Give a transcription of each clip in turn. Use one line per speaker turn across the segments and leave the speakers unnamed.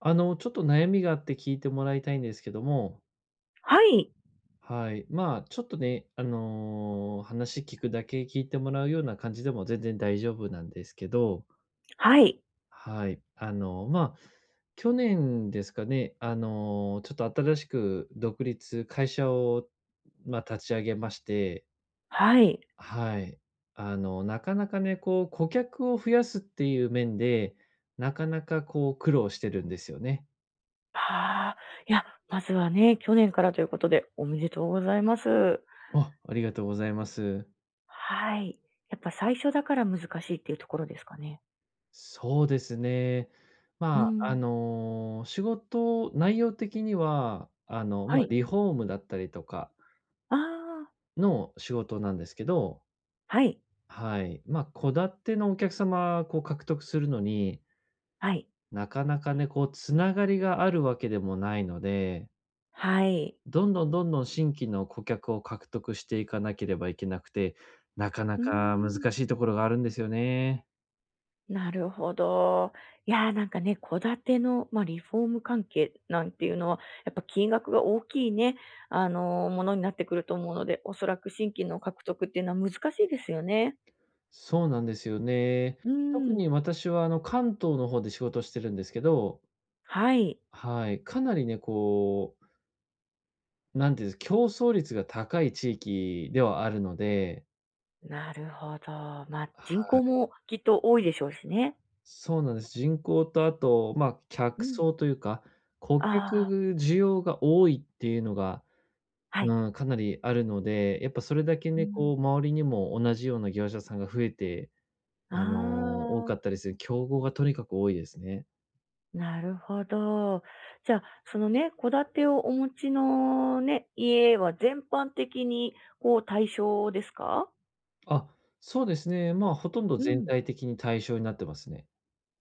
ちょっと悩みがあって聞いてもらいたいんですけども、
はい、
はい。まあ、ちょっとね、話聞くだけ聞いてもらうような感じでも全然大丈夫なんですけど、
はい、
はい。去年ですかね、ちょっと新しく独立、会社を、まあ、立ち上げまして、
はい。
はい。なかなかね、こう、顧客を増やすっていう面で、なかなかこう、苦労してるんですよね。
ああ、いや、まずはね、去年からということで、おめでとうございます。
あ、ありがとうございます。
はい。やっぱ最初だから難しいっていうところですかね。
そうですね。
う
まあ、
ん。
仕事内容的には、
は
まあ、
い。
リフォームだったりとか
ああ、
の仕事なんですけど、
はい、
はい。まあ、戸建てのお客様、こう獲得するのに、
はい、
なかなかね、こうつながりがあるわけでもないので、
はい。
どんどんどんどん新規の顧客を獲得していかなければいけなくて、なかな
うー
か難
ん、
しいところがあるんですよね。
なるほど。いやー、なんかね、戸建ての、まあ、リフォーム関係なんていうのは、やっぱ金額が大きいね、ものになってくると思うので、おそらく新規の獲得っていうのは難しいですよね。
そうなんですよね。
う
特
ーん。
に私は関東の方で仕事してるんですけど、
はい。
はい、かなりね、こう、なんていうんです、競争率が高い地域ではあるので、
なるほど。まあ、人
は
口
い、
もきっと多いでしょうしね。
そうなんです。人口とあと、まあ、
う
客
ん。
層というか、顧
ああ、
客需要が多いっていうのが、
はい。
うん、かなりあるので、やっぱそれだけ
う
ね、
ん。
こう、周りにも同じような業者さんが増えて、
あ
多
あ、
かったりする、競合がとにかく多いですね。
なるほど。じゃあ、そのね、戸建てをお持ちのね、家は全般的にこう対象ですか？
あ、そうですね。まあ、ほとんど
う
全
ん。
体的に対象になってますね。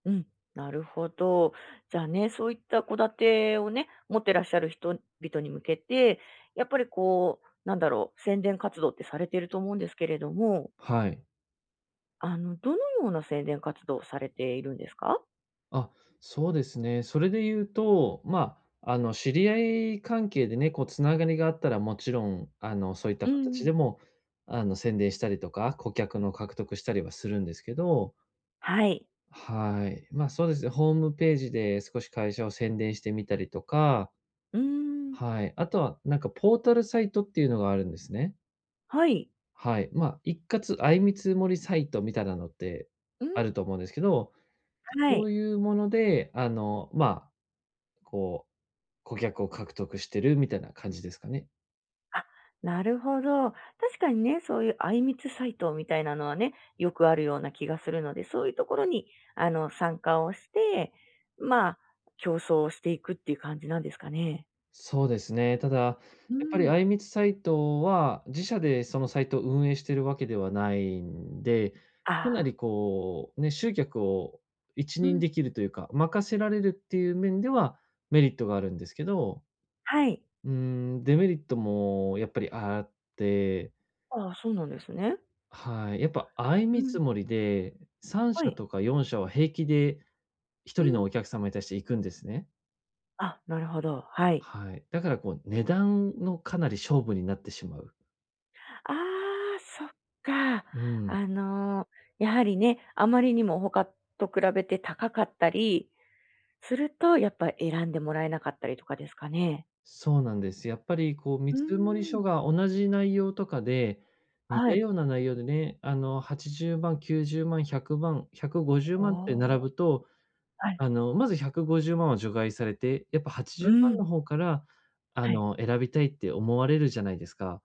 うん、なるほど。じゃあね、そういった戸建てをね、持ってらっしゃる人々に向けて、やっぱりこう、なんだろう、宣伝活動ってされてると思うんですけれども、
はい。
どのような宣伝活動をされているんですか？
あ、そうですね。それで言うと、まあ、知り合い関係でね、こうつながりがあったらもちろん、そういった
う
形
ん。
でも、宣伝したりとか、顧客の獲得したりはするんですけど、
はい。
はい。まあ、そうですね。ホームページで少し会社を宣伝してみたりとか、
うーん。
はい。あとは、なんかポータルサイトっていうのがあるんですね。
はい。
はい。まあ、一括相見積もりサイトみたいなのって
うん。
あると思うんですけど、
は
そう
い。
いうもので、こう、顧客を獲得してるみたいな感じですかね。
あ、なるほど。確かにね、そういうあいみつサイトみたいなのはね、よくあるような気がするので、そういうところに、参加をして、まあ、競争をしていくっていう感じなんですかね？
そうですね。ただ、
う
やっぱり
ん。
あいみつサイトは、自社でそのサイトを運営してるわけではないんで、かな
あ
りこう、ね、集客を一
う
任
ん。
できるというか、任せられるっていう面ではメリットがあるんですけど、
はい。
デメリットもやっぱりあって、
ああ、そうなんですね。
はい、やっぱ相
う
見
ん。
積もりで、
は
3社
い。
とか4社は平気で1
う
人の
ん。
お客様に対して行くんですね。
あ、なるほど、はい。
はい。だからこう値段のかなり勝負になってしまう。
ああ、そっか。
うん。
あの、やはりね、あまりにも他と比べて高かったりすると、やっぱ選んでもらえなかったりとかですかね？
そうなんです。やっぱりこう見
うー
積もり書
ん。
が同じ内容とかで、似
は
た
い。
ような内容でね、80万、90万、100万、150
お
万って並
お、
ぶと、
はい。
まず150万は除外されて、やっぱ80
う
万
ん、
の方から
はい。
選びたいって思われるじゃないですか。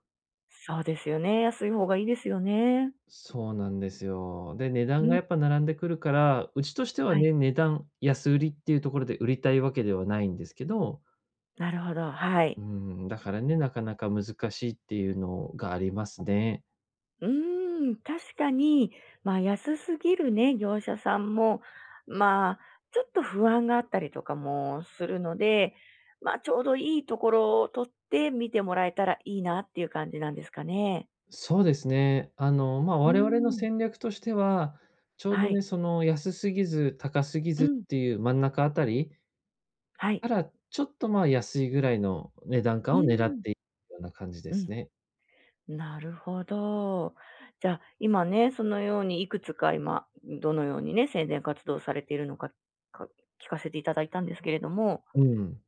そうですよね。安い方がいいですよね。
そうなんですよ。で、値
う
段が
ん。
やっぱ並んでくるから、うちとしては
はい、
ね、値段安売りっていうところで売りたいわけではないんですけど、
なるほど、はい。
うん、だからね、なかなか難しいっていうのがありますね。
うーん、確かに、まあ、安すぎるね、業者さんも、まあ、ちょっと不安があったりとかもするので、まあ、ちょうどいいところを取って見てもらえたらいいなっていう感じなんですかね。
そうですね。まあ、
う
我々の
ーん。
戦略としては、ちょう
は
どね、
い。
その安すぎず高すぎ
う
ずっ
ん。
ていう真ん中あたり
はい。
から、ちょっと、ま、安いぐらいの値段
う
感を狙っ
ーん。
ていくような感じで
うん。
すね。
なるほど。じゃあ、今ね、そのようにいくつか今、どのようにね、宣伝活動されているのか、か聞かせていただいたんですけれども、
うん、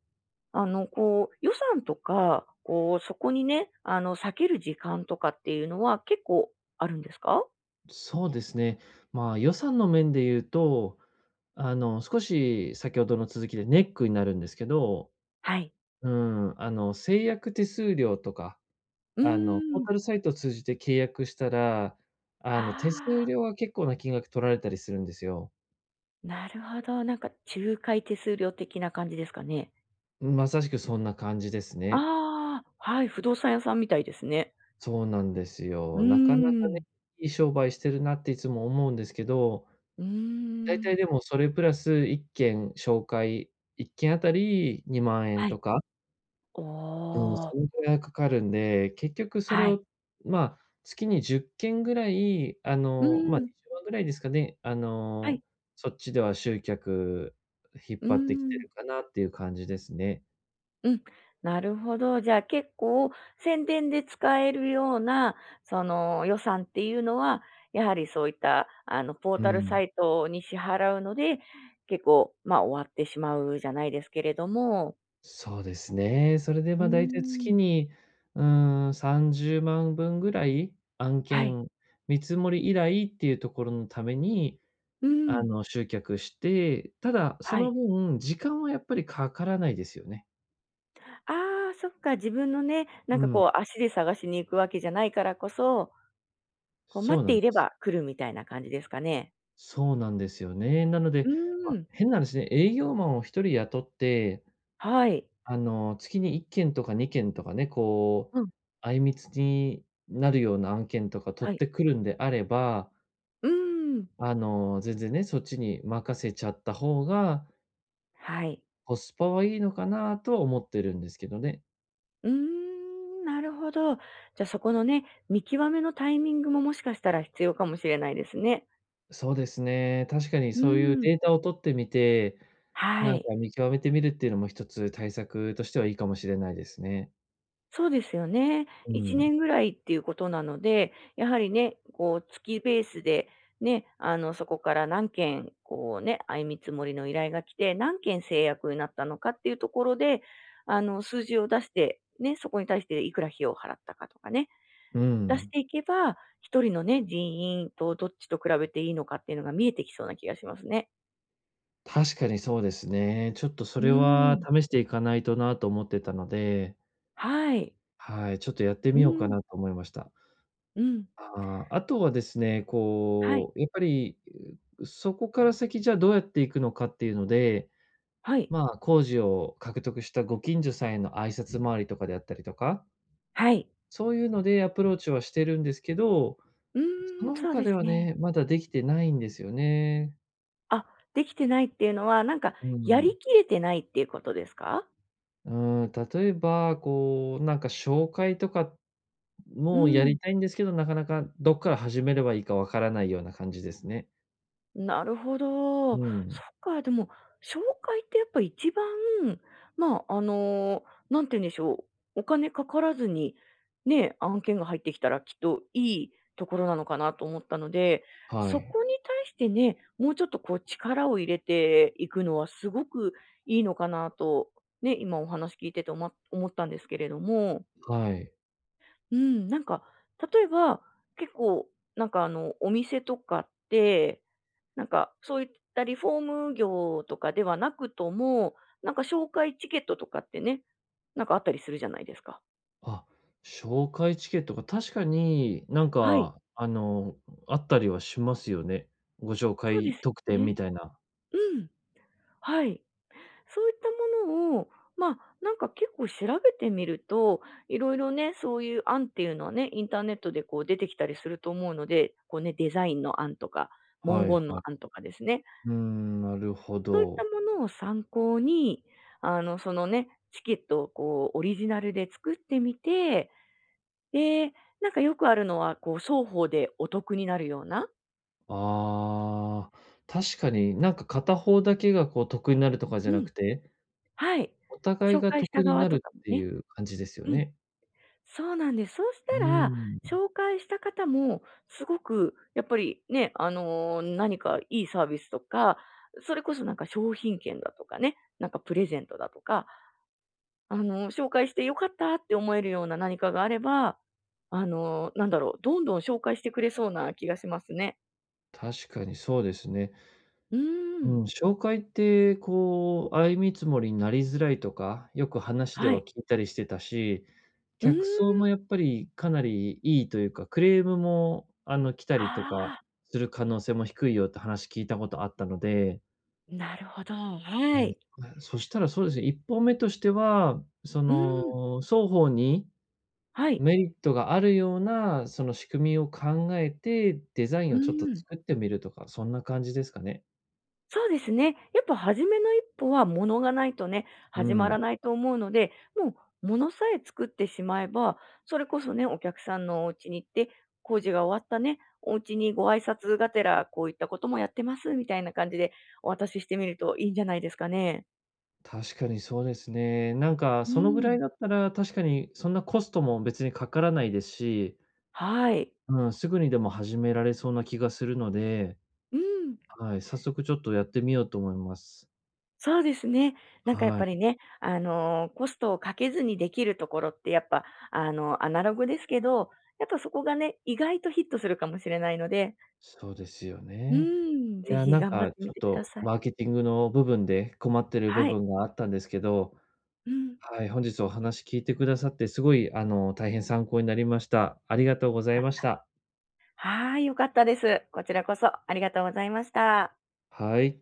あの、こう、予算とか、こう、そこにね、避ける時間とかっていうのは結構あるんですか？
そうですね。まあ、予算の面で言うと少し先ほどの続きでネックになるんですけど、
はい。
うん、制約手数料とか、
うー
ポー
ん。
タルサイトを通じて契約したら、手数
あ
料が結構な金額取られたりするんですよ。
あ、なるほど。なんか仲介手数料的な感じですかね？
まさしくそんな感じですね。
ああ、はい、不動産屋さんみたいですね。
そうなんです
う
よ。なかなか
ー
ね、
ん。
いい商売してるなっていつも思うんですけど、
うー
大
ん。
体でもそれプラス1件紹介1件あたり2万円
は
と
い。
か、うん、
おー
そのぐらいかかるんで、結局それ
はい。
を、まあ、月に10件ぐらい、
うー
まあ、
ん。
20万ぐらいですかね、
はい。
そっちでは集客引っ
うー
張ってきて
ん。
るかなっていう感じですね。
うん、なるほど。じゃあ結構宣伝で使えるような、その予算っていうのは、やはりそういった、ポー
う
タルサ
ん。
イトに支払うので、結構、ま、あ終わってしまうじゃないですけれども。
そうですね。それで、
うー
大体月
ん。
に、うー30万分ぐらい、案
はい。
件、見積もり依頼っていうところのために、
うーん。
集客して、ただ、そ
は
の
い。
分、時間はやっぱりかからないですよね。
ああ、そっか、自分のね、な
う
んか
ん。
こう足で探しに行くわけじゃないからこそ、こう
そ
待
う
っ
な
て
ん
い
で
れ
す。
ば来るみたいな感じですかね？
そうなんですよね。なの
う
で、ま
ー
あ、
ん。
変な話ね、営業マンを1人雇って、
はい。
月に1件とか2件とかね、こ
う
う、
ん。
あいみつになるような案件とか取
は
っ
い。
てくるんであれば、
うーん。
全然ね、そっちに任せちゃった方が、
はい。
コスパはいいのかなとは思ってるんですけどね。
うーん、なるほど。じゃ、あそこのね、見極めのタイミングももしかしたら必要かもしれないですね。
そうですね、確かに
う
そういう
ーん。
データを取ってみて、な
は
ん
い。
か見極めてみるっていうのも一つ対策としてはいいかもしれないですね。
そうですよね。
う
1
ん
年ぐらいっていうことなので、やはりね、こう月ベースでね、そこから何件こうね、相見積もりの依頼が来て、何件制約になったのかっていうところで、数字を出して、ね、そこに対していくら費用を払ったかとかね、
う
出し
ん、
ていけば、一人のね、人員とどっちと比べていいのかっていうのが見えてきそうな気がしますね。
確かにそうですね。ちょっとそ
う
れ
ー
は
ん。
試していかないとなと思ってたので、
はい。
はい、ちょっとやって
う
みようか
ん、
なと思いました。
うん。
あとはですね、
はい、
こう、やっぱり、そこから先じゃあどうやっていくのかっていうので、
はい、
まあ、工事を獲得したご近所さんへの挨拶回りとかであったりとか、
はい。
そういうのでアプローチはしてるんですけど、
う
そ
ーん。
の
そう
他
で
で
す
は
ね。
ね、まだできてないんですよね。
あ、できてないっていうのは、なんか
う
やり
ん。
きれてないっていうことですか？
うーん、例えば、こう、なんか紹介とか
う
もや
ん。
りたいんですけど、なかなかどっから始めればいいかわからないような感じですね。
なるほど。そっ
うん。
か、でも、紹介ってやっぱ一番、まあ、なんて言うんでしょう、お金かからずに、ね、案件が入ってきたらきっといいところなのかなと思ったので、
は
そ
い。
こに対してね、もうちょっとこう力を入れていくのはすごくいいのかなと、ね、今お話聞いてて思ったんですけれども、
はい。
うん、なんか、例えば、結構、なんかあの、お店とかって、なんか、そういったリフォーム業とかではなくとも、なんか紹介チケットとかってね、なんかあったりするじゃないですか。
あ、紹介チケットが確かになん
はい。
か、あったりはしますよね。ご紹
そうで
介
す
特典み
ね。
たいな。
うん。はい。そういったものを、まあ、なんか結構調べてみると、いろいろね、そういう案っていうのはね、インターネットでこう出てきたりすると思うので、こうね、デザインの案とか、
は
文
い
言の
はい。
案とかですね。
うーん、なるほ
そういった
ど。
ものを参考に、そのね、チケットをこう、オリジナルで作ってみて、で、なんかよくあるのは、こう、双方でお得になるような
ああ、確かになんか片方だけがこう得になるとかじ
う
ゃなく
ん。
て、
はい。
お互い
紹
が
介した
得に
側
な
と
る
か
っ
も
て
ね。
いう感じですよ
うん。
ね。
そうなんです。そうし
うー
たら、
ん、
紹介した方もすごくやっぱりね、何かいいサービスとか、それこそなんか商品券だとかね、なんかプレゼントだとか、紹介して良かったって思えるような何かがあれば、なんだろう、どんどん紹介してくれそうな気がしますね。
確かにそうですね。
うー
う
ん。
ん、紹介って、こう、相見積もりになりづらいとか、よく話で
は
は
い。
聞いたりしてたし、
うーん。
客層もやっぱりかなりいいというか、クレームも、来たりとか
ああ。
する可能性も低いよって話聞いたことあったので、
なるほど、は
は
い。
い、そしたらそうですね、一歩目としては、そ
うん、
の、双方に
はい。
メリットがあるような、その仕組みを考えて、デザイ
う
ンをちょっと
ん、
作ってみるとか、そんな感じですかね。
そうですね。やっぱ初めの一歩は物がないとね、
う
始ま
ん。
らないと思うので、もうもさえ作ってしまえば、それこそね、お客さんのお家に行って、工事が終わったね、お家にご挨拶がてら、こういったこともやってますみたいな感じでお渡ししてみるといいんじゃないですかね。
確かにそうですね。なんか、
う
そのぐら
ん、
いだったら、確かにそんなコストも別にかからないですし、
はい。
うん、すぐにでも始められそうな気がするので、
うん。
はい、早速ちょっとやってみようと思います。
そうですね。なんかやっ
は
ぱ
い、
りね、コストをかけずにできるところってやっぱ、アナログですけど、やっぱそこがね、意外とヒットするかもしれないので、
そうですよ
う
ね。
ーん、
い
ぜ
や、
ひ
なん
頑張っ
か
て
ち
み
ょっ
てくだ
と
さい。
マーケティングの部分で困ってる部
はい。
分があったんですけど、
うん。よ
はい、本日お話聞いてくださって、すごい、大変参考になりました。ありがとうござ
か
い
っ
まし
た。
た。
はーい、よかったです。こちらこそありがとうございました。
はい。